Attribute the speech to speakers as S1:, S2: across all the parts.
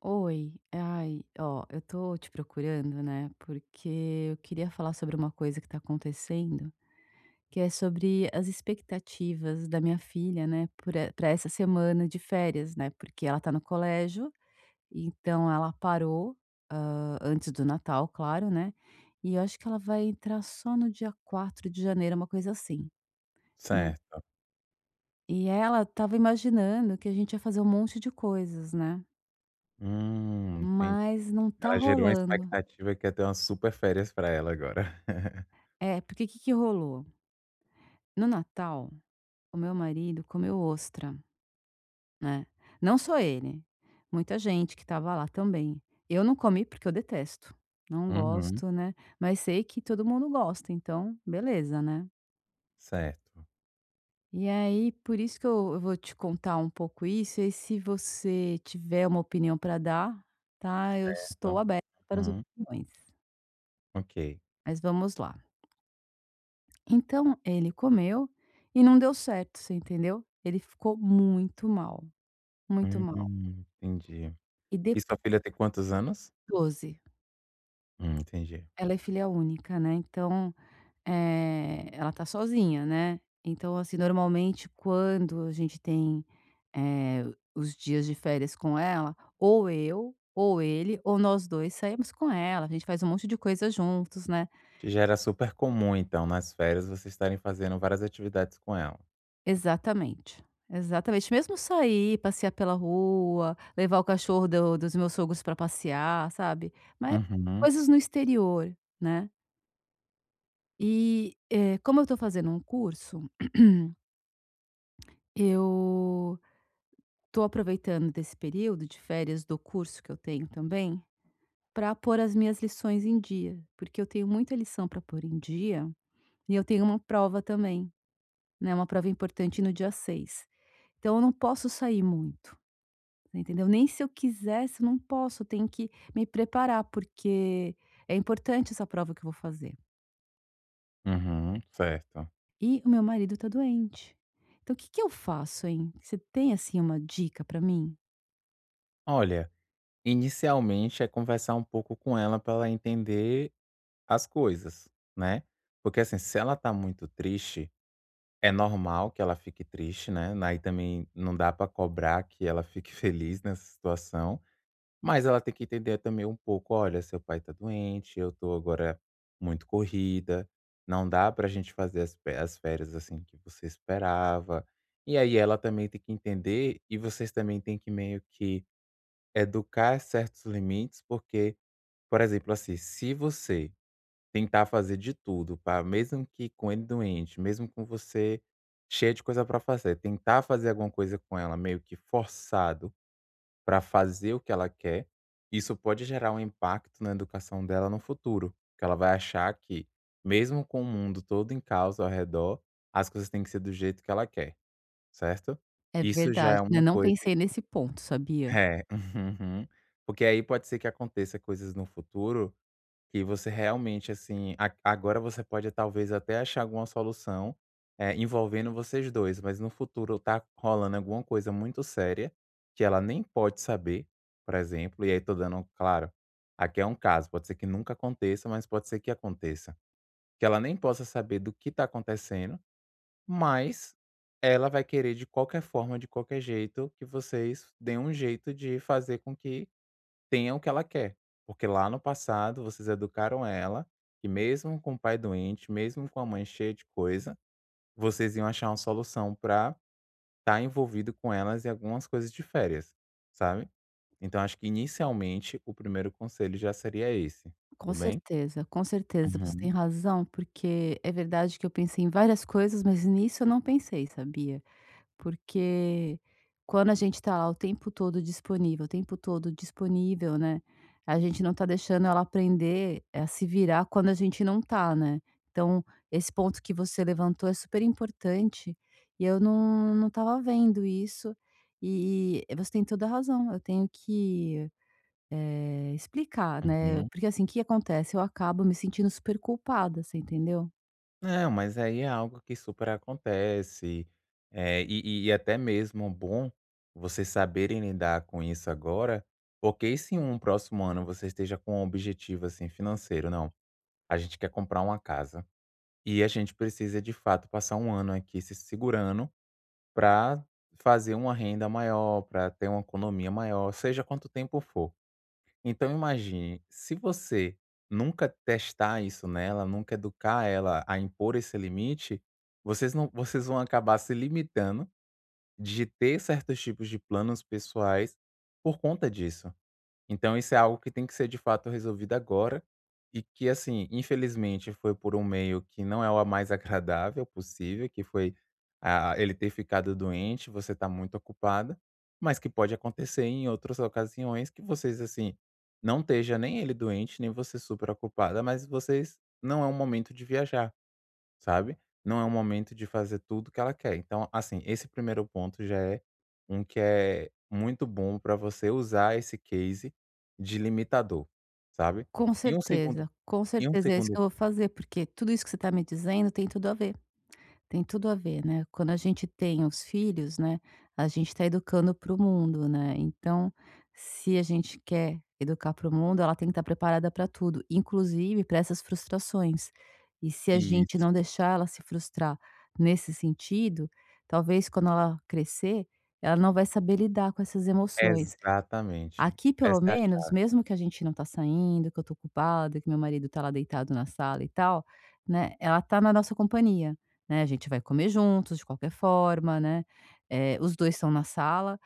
S1: Oi, ai, ó, eu tô te procurando, né? Porque eu queria falar sobre uma coisa que tá acontecendo, que é sobre as expectativas da minha filha, né, pra essa semana de férias, né? Porque ela tá no colégio, então ela parou, ah, antes do Natal, claro, né? E eu acho que ela vai entrar só no dia 4 de janeiro, uma coisa assim, né?
S2: Certo.
S1: E ela tava imaginando que a gente ia fazer um monte de coisas, né?
S2: Entendi.
S1: Mas não tá
S2: Ela gerou uma
S1: rolando.
S2: expectativa que ia ter umas super férias pra ela agora.
S1: É, porque o que que rolou? No Natal, o meu marido comeu ostra, né. Não só ele, muita gente que estava lá também. Eu não comi porque eu detesto, não
S2: Uhum,
S1: gosto, né, mas sei que todo mundo gosta, então beleza, né.
S2: certo.
S1: E aí, por isso que eu vou te contar um pouco isso, e se você tiver uma opinião para dar, tá, eu estou
S2: Então
S1: aberta para as
S2: uhum,
S1: opiniões,
S2: ok.
S1: mas vamos lá. Então ele comeu e não deu certo, você entendeu? Ele ficou muito mal. Muito mal.
S2: Entendi.
S1: E
S2: E sua
S1: depois
S2: filha tem quantos anos?
S1: 12.
S2: Entendi.
S1: Ela é filha única, né, então, ela tá sozinha, né. Então, assim, normalmente quando a gente tem, eh, os dias de férias com ela, ou eu, ou ele, ou nós 2 saímos com ela, a gente faz um monte de coisa juntos, né.
S2: Te já super comum, então, nas férias, vocês estarem fazendo várias atividades com ela.
S1: Exatamente, exatamente. Mesmo sair, passear pela rua, levar o cachorro do dos meus sogros para passear, sabe. Mas
S2: Uhum,
S1: coisas no exterior, né. E, como eu estou fazendo um curso, eu estou aproveitando desse período de férias do curso que eu tenho também, para pôr as minhas lições em dia, porque eu tenho muita lição para pôr em dia e eu tenho uma prova também, né, uma prova importante no dia 6. Então eu não posso sair muito, você entendeu? Nem se eu quisesse, eu não posso, eu tenho que me preparar, porque é importante essa prova que eu vou fazer.
S2: uhum, Certo.
S1: E o meu marido tá doente. Então o que que eu faço, hein? Você tem, assim, uma dica pra mim?
S2: Olha, inicialmente é conversar um pouco com ela para ela entender as coisas, né. Porque, assim, se ela tá muito triste. É normal que ela fique triste, né, aí também não dá pra cobrar que ela fique feliz nessa situação, mas ela tem que entender também um pouco: "Olha, seu pai tá doente, eu tô agora muito corrida, não dá pra gente fazer as pe as férias, assim, que você esperava". E aí ela também tem que entender e vocês também têm que meio que educar certos limites, porque, por exemplo, assim, se você tentar fazer de tudo pra, mesmo que com ele doente, mesmo com você cheia de coisa pra fazer, tentar fazer alguma coisa com ela meio que forçado pra fazer o que ela quer, isso pode gerar um impacto na educação dela no futuro, que ela vai achar que, mesmo com o mundo todo em caos ao redor, as coisas têm que ser do jeito que ela quer, certo?
S1: É
S2: Isso já é
S1: verdade, né,
S2: uma
S1: não
S2: coisa
S1: pensei
S2: que-
S1: nesse ponto, sabia?
S2: é, uhum, porque aí pode ser que aconteça coisas no futuro que você realmente, assim, a agora você pode talvez até achar alguma solução, envolvendo vocês dois, mas no futuro tá rolando alguma coisa muito séria, que ela nem pode saber, por exemplo, e aí tô dando, claro, aqui é um caso, pode ser que nunca aconteça, mas pode ser que aconteça. Que ela nem possa saber do que tá acontecendo, mas ela vai querer de qualquer forma, de qualquer jeito, que vocês deem um jeito de fazer com que tenha o que ela quer. Porque lá no passado vocês educaram ela que mesmo com o pai doente, mesmo com a mãe cheia de coisa, vocês iam achar uma solução para estar envolvido com elas em algumas coisas de férias, sabe. Então acho que inicialmente o primeiro conselho já seria esse, tudo bem?
S1: Com certeza, você
S2: Uhum,
S1: tem razão, porque é verdade que eu pensei em várias coisas, mas nisso eu não pensei, sabia? Porque quando a gente tá lá o tempo todo disponível, o tempo todo disponível, né, a gente não tá deixando ela aprender a se virar quando a gente não tá, né. Então, esse ponto que você levantou é super importante e eu não estava vendo isso, e você tem toda a razão, eu tenho que, explicar, né.
S2: uhum.
S1: Porque assim, o que acontece? Eu acabo me sentindo super culpada, você entendeu?
S2: Não, mas aí é algo que super acontece, e até mesmo bom vocês saberem lidar com isso agora, porque e se um próximo ano você esteja com um objetivo, assim, financeiro: "Não, a gente quer comprar uma casa e a gente precisa de fato passar um ano aqui se segurando para fazer uma renda maior, para ter uma economia maior", seja quanto tempo for. Então imagine, se você nunca testar isso nela, nunca educar ela a impor esse limite, vocês vão acabar se limitando de ter certos tipos de planos pessoais por conta disso. Então isso é algo que tem que ser de fato resolvido agora e que, assim, infelizmente foi por um meio que não é o mais agradável possível, que foi, ele ter ficado doente, você tá muito ocupada, mas que pode acontecer em outras ocasiões que vocês, assim, não esteja nem ele doente, nem você super ocupada, mas vocês não é um momento de viajar. Sabe? Não é o momento de fazer tudo que ela quer. Então, assim, esse primeiro ponto já é um que é muito bom para você usar esse case de limitador, sabe? E um segundo
S1: Com
S2: e um
S1: certeza é isso que
S2: segundo
S1: eu vou fazer, porque tudo isso que você está me dizendo tem tudo a ver, tem tudo a ver, né. Quando a gente tem os filhos, né, a gente está educando para o mundo, né. Então, se a gente quer educar para o mundo, ela tem que estar preparada para tudo, inclusive para essas frustrações. E se a gente
S2: isso,
S1: não deixar ela se frustrar nesse sentido, talvez quando ela crescer, ela não vai saber lidar com essas emoções.
S2: exatamente.
S1: Aqui
S2: Essa
S1: pelo
S2: é a
S1: menos,
S2: chave.
S1: mesmo que a gente não tá saindo, que eu tô ocupada, que meu marido tá lá deitado na sala e tal, né, ela tá na nossa companhia, né, a gente vai comer juntos de qualquer forma, né, os 2 estão na sala.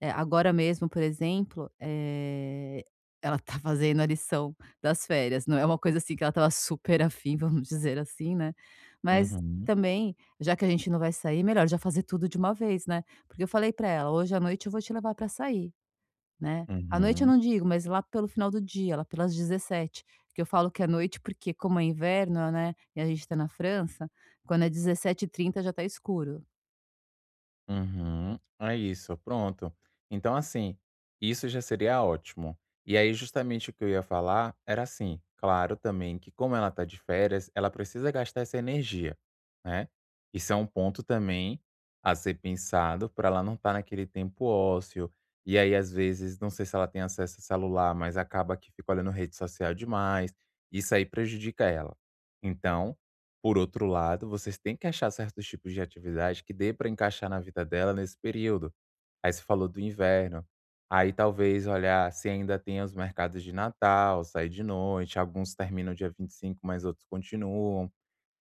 S1: Agora mesmo, por exemplo, ela tá fazendo a lição das férias, não é uma coisa assim que ela estava super afim, vamos dizer assim, né, mas
S2: Uhum,
S1: também, já que a gente não vai sair, melhor já fazer tudo de uma vez, né, porque eu falei pra ela: "Hoje à noite eu vou te levar pra sair". Né. À noite eu
S2: uhum.
S1: não digo, mas lá pelo final do dia, lá pelas 17h, que eu falo que é noite, porque como é inverno, né, e a gente tá na França, quando é 17h30 já tá escuro.
S2: Uhum. É isso, pronto. Então, assim, isso já seria ótimo. E aí, justamente o que eu ia falar era assim, claro também que como ela tá de férias, ela precisa gastar essa energia, né? Isso é um ponto também a ser pensado para ela não estar naquele tempo ósseo. E aí, às vezes, não sei se ela tem acesso a celular, mas acaba que fica olhando rede social demais. Isso aí prejudica ela. Então, por outro lado, vocês têm que achar certos tipos de atividade que dê para encaixar na vida dela nesse período. Aí você falou do inverno. Aí talvez olhar se ainda tem os mercados de Natal, sair de noite, alguns terminam dia 25, mas outros continuam.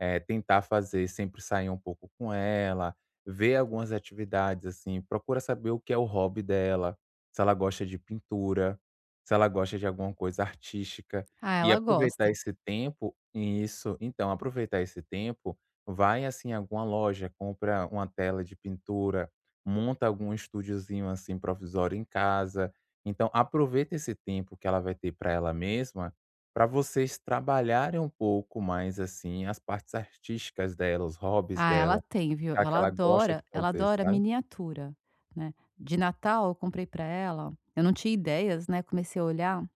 S2: Tentar fazer sempre sair um pouco com ela, ver algumas atividades, assim, procura saber o que é o hobby dela, se ela gosta de pintura, se ela gosta de alguma coisa artística,
S1: Ah,
S2: e
S1: ela
S2: aproveitar
S1: gosta.
S2: esse tempo e isso, então, aproveitar esse tempo, vai, assim, em alguma loja, compra uma tela de pintura, monta algum estúdiozinho, assim, provisório em casa. Então aproveita esse tempo que ela vai ter para ela mesma para vocês trabalharem um pouco mais, assim, as partes artísticas dela, os hobbies
S1: Ah,
S2: dela,
S1: ela tem, viu.
S2: o que
S1: Ela
S2: ela gosta de
S1: adora ela
S2: fazer,
S1: adora
S2: sabe.
S1: miniatura, né. De Natal eu comprei pra ela eu não tinha ideias, né, comecei a olhar.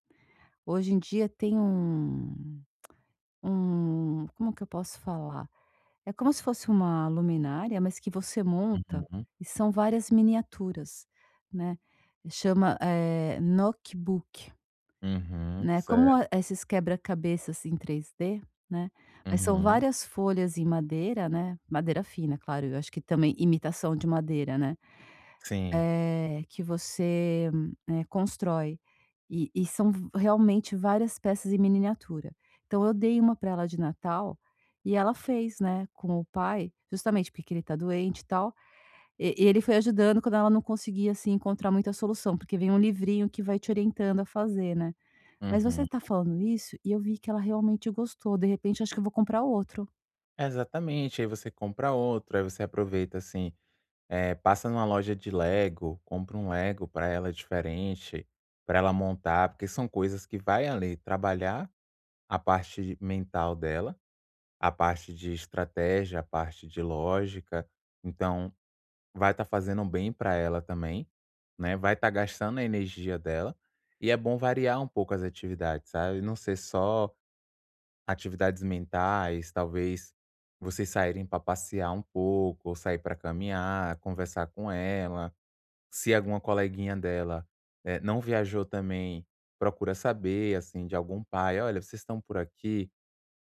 S1: Hoje em dia tem um como que eu posso falar? É como se fosse uma luminária, mas que você monta
S2: Uhum,
S1: e são várias miniaturas, né. Chama, notebook,
S2: uhum,
S1: né, como a
S2: Certo.
S1: esses quebra-cabeças em 3D, né, mas são
S2: Uhum,
S1: várias folhas em madeira, né, madeira fina, claro, eu acho que também imitação de madeira, né.
S2: sim,
S1: Que você, constrói. E são v realmente várias peças em miniatura. Então eu dei uma para ela de Natal, e ela fez, né, com o pai, justamente porque ele tá doente e tal, e ele foi ajudando quando ela não conseguia, assim, encontrar muita solução, porque vem um livrinho que vai te orientando a fazer, né. Mas você
S2: uhum.
S1: tá falando isso, e eu vi que ela realmente gostou, de repente acho que eu vou comprar outro.
S2: Exatamente, aí você compra outro, aí você aproveita, assim, passa numa loja de Lego, compra um Lego para ela diferente, para ela montar, porque são coisas que vai ali trabalhar a parte mental dela, a parte de estratégia, a parte de lógica, então vai estar fazendo bem para ela também, né, vai estar gastando a energia dela, e é bom variar um pouco as atividades, sabe, não ser só atividades mentais, talvez vocês saírem para passear um pouco, ou sair para caminhar, conversar com ela. Se alguma coleguinha dela, não viajou também, procura saber, assim, de algum pai: "Olha, vocês estão por aqui?"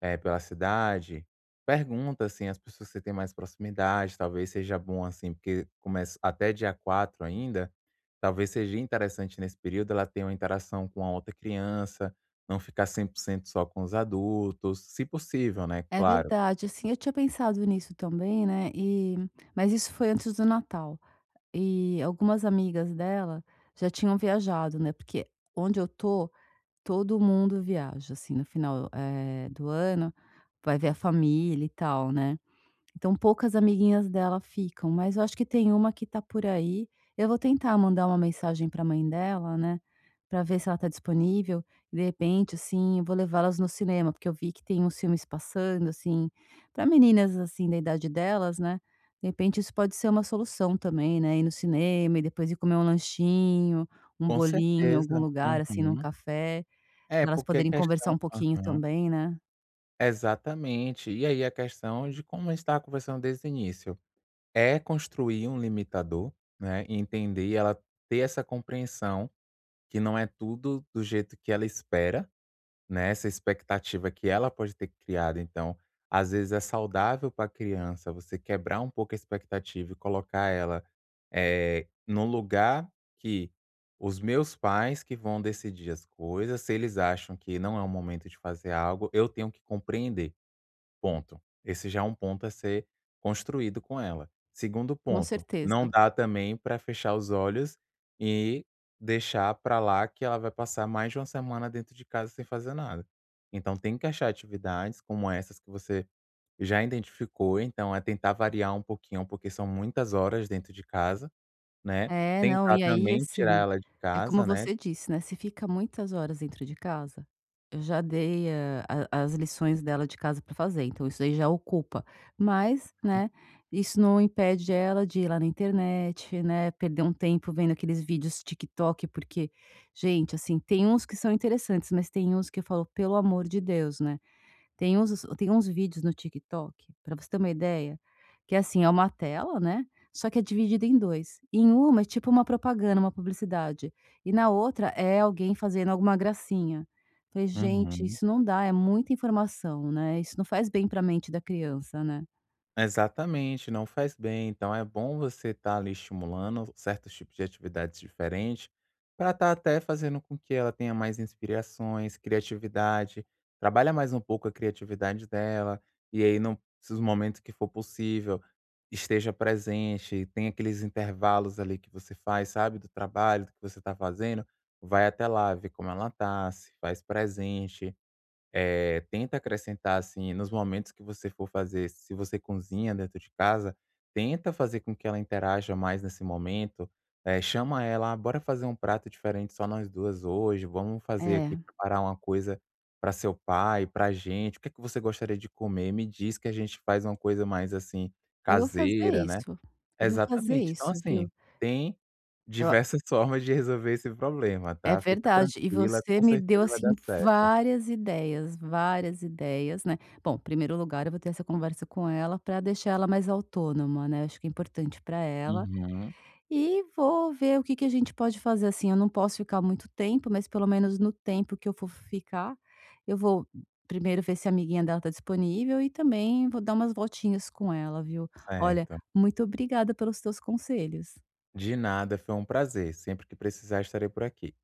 S2: É, pela cidade, pergunta, assim, as pessoas que você tem mais proximidade, talvez seja bom, assim, porque começa até dia 4 ainda, talvez seja interessante nesse período ela ter uma interação com a outra criança, não ficar 100% só com os adultos, se possível, né,
S1: É
S2: claro.
S1: verdade, assim, eu tinha pensado nisso também, né, mas isso foi antes do Natal. E algumas amigas dela já tinham viajado, né, porque onde eu tô, todo mundo viaja, assim, no final, do ano, vai ver a família e tal, né. Então poucas amiguinhas dela ficam, mas eu acho que tem uma que tá por aí. Eu vou tentar mandar uma mensagem pra mãe dela, né, pra ver se ela tá disponível, de repente, assim, eu vou levá-las no cinema, porque eu vi que tem uns filmes passando, assim, pra meninas, assim, da idade delas, né, de repente isso pode ser uma solução também, né, ir no cinema e depois ir comer um lanchinho, um
S2: Com
S1: bolinho em algum
S2: certeza.
S1: lugar, assim, num
S2: Uhum.
S1: café,
S2: É,
S1: pra elas
S2: porque a
S1: poderem conversar
S2: questão
S1: um pouquinho
S2: aham.
S1: também, né.
S2: Exatamente. E aí a questão de como a gente estava conversando desde o início, é construir um limitador, né, e entender, ela ter essa compreensão. Que não é tudo do jeito que ela espera, né, essa expectativa que ela pode ter criado, então, às vezes é saudável para a criança você quebrar um pouco a expectativa e colocar ela, num lugar que os meus pais que vão decidir as coisas, se eles acham que não é o momento de fazer algo, eu tenho que compreender. Ponto. Esse já é um ponto a ser construído com ela. Segundo
S1: Com
S2: ponto, não
S1: certeza.
S2: dá também para fechar os olhos e deixar para lá que ela vai passar mais de 1 semana dentro de casa sem fazer nada. Então tem que achar atividades como essas que você já identificou, então é tentar variar um pouquinho, porque são muitas horas dentro de casa, né.
S1: É, não,
S2: Tentar
S1: e aí,
S2: também tirar
S1: assim,
S2: ela de
S1: é como
S2: casa, né.
S1: você disse, né, se fica muitas horas dentro de casa, eu já dei, a as lições dela de casa para fazer, então isso aí já ocupa. Mas, né, isso não impede ela de ir lá na internet, né, perder um tempo vendo aqueles vídeos TikTok, porque, gente, assim, tem uns que são interessantes, mas tem uns que eu falo: "Pelo amor de Deus", né. Tem uns vídeos no TikTok, pra você ter uma ideia, que é assim, é uma tela, né, só que é dividida em 2. Em uma é tipo uma propaganda, uma publicidade, e na outra é alguém fazendo alguma gracinha. Falei: "Gente,
S2: Uhum.
S1: isso não dá, é muita informação, né, isso não faz bem pra mente da criança, né".
S2: Exatamente, não faz bem. Então é bom você estar ali estimulando certos tipos de atividades diferentes para estar até fazendo com que ela tenha mais inspirações, criatividade, trabalha mais um pouco a criatividade dela, e aí não, nos momentos que for possível, esteja presente, tem aqueles intervalos ali que você faz, sabe, do trabalho, do que você está fazendo, vai até lá, vê como ela tá, se faz presente, tenta acrescentar, assim, nos momentos que você for fazer, se você cozinha dentro de casa, tenta fazer com que ela interaja mais nesse momento, chama ela: "Ah, bora fazer um prato diferente só nós 2 hoje, vamos fazer aqui
S1: É,
S2: preparar uma coisa para seu pai, pra gente, o que é que você gostaria de comer? Me diz que a gente faz uma coisa mais, assim,
S1: eu vou fazer
S2: caseira", né.
S1: isso, eu vou fazer
S2: Exatamente. Então,
S1: isso,
S2: assim,
S1: viu.
S2: tem
S1: Eu
S2: diversas formas de resolver esse problema,
S1: É
S2: tá. Fica
S1: verdade. E
S2: tranquila,
S1: você
S2: com
S1: me deu,
S2: certeza vai dar
S1: assim,
S2: certo.
S1: várias ideias, né. Bom, em primeiro lugar, eu vou ter essa conversa com ela para deixar ela mais autônoma, né, acho que é importante para ela.
S2: Uhum.
S1: E vou ver o que que a gente pode fazer, assim, eu não posso ficar muito tempo, mas pelo menos no tempo que eu for ficar, eu vou primeiro ver se a amiguinha dela tá disponível e também vou dar umas voltinhas com ela, viu. Olha,
S2: Certo.
S1: muito obrigada pelos teus conselhos.
S2: De nada, foi um prazer. Sempre que precisar, estarei por aqui.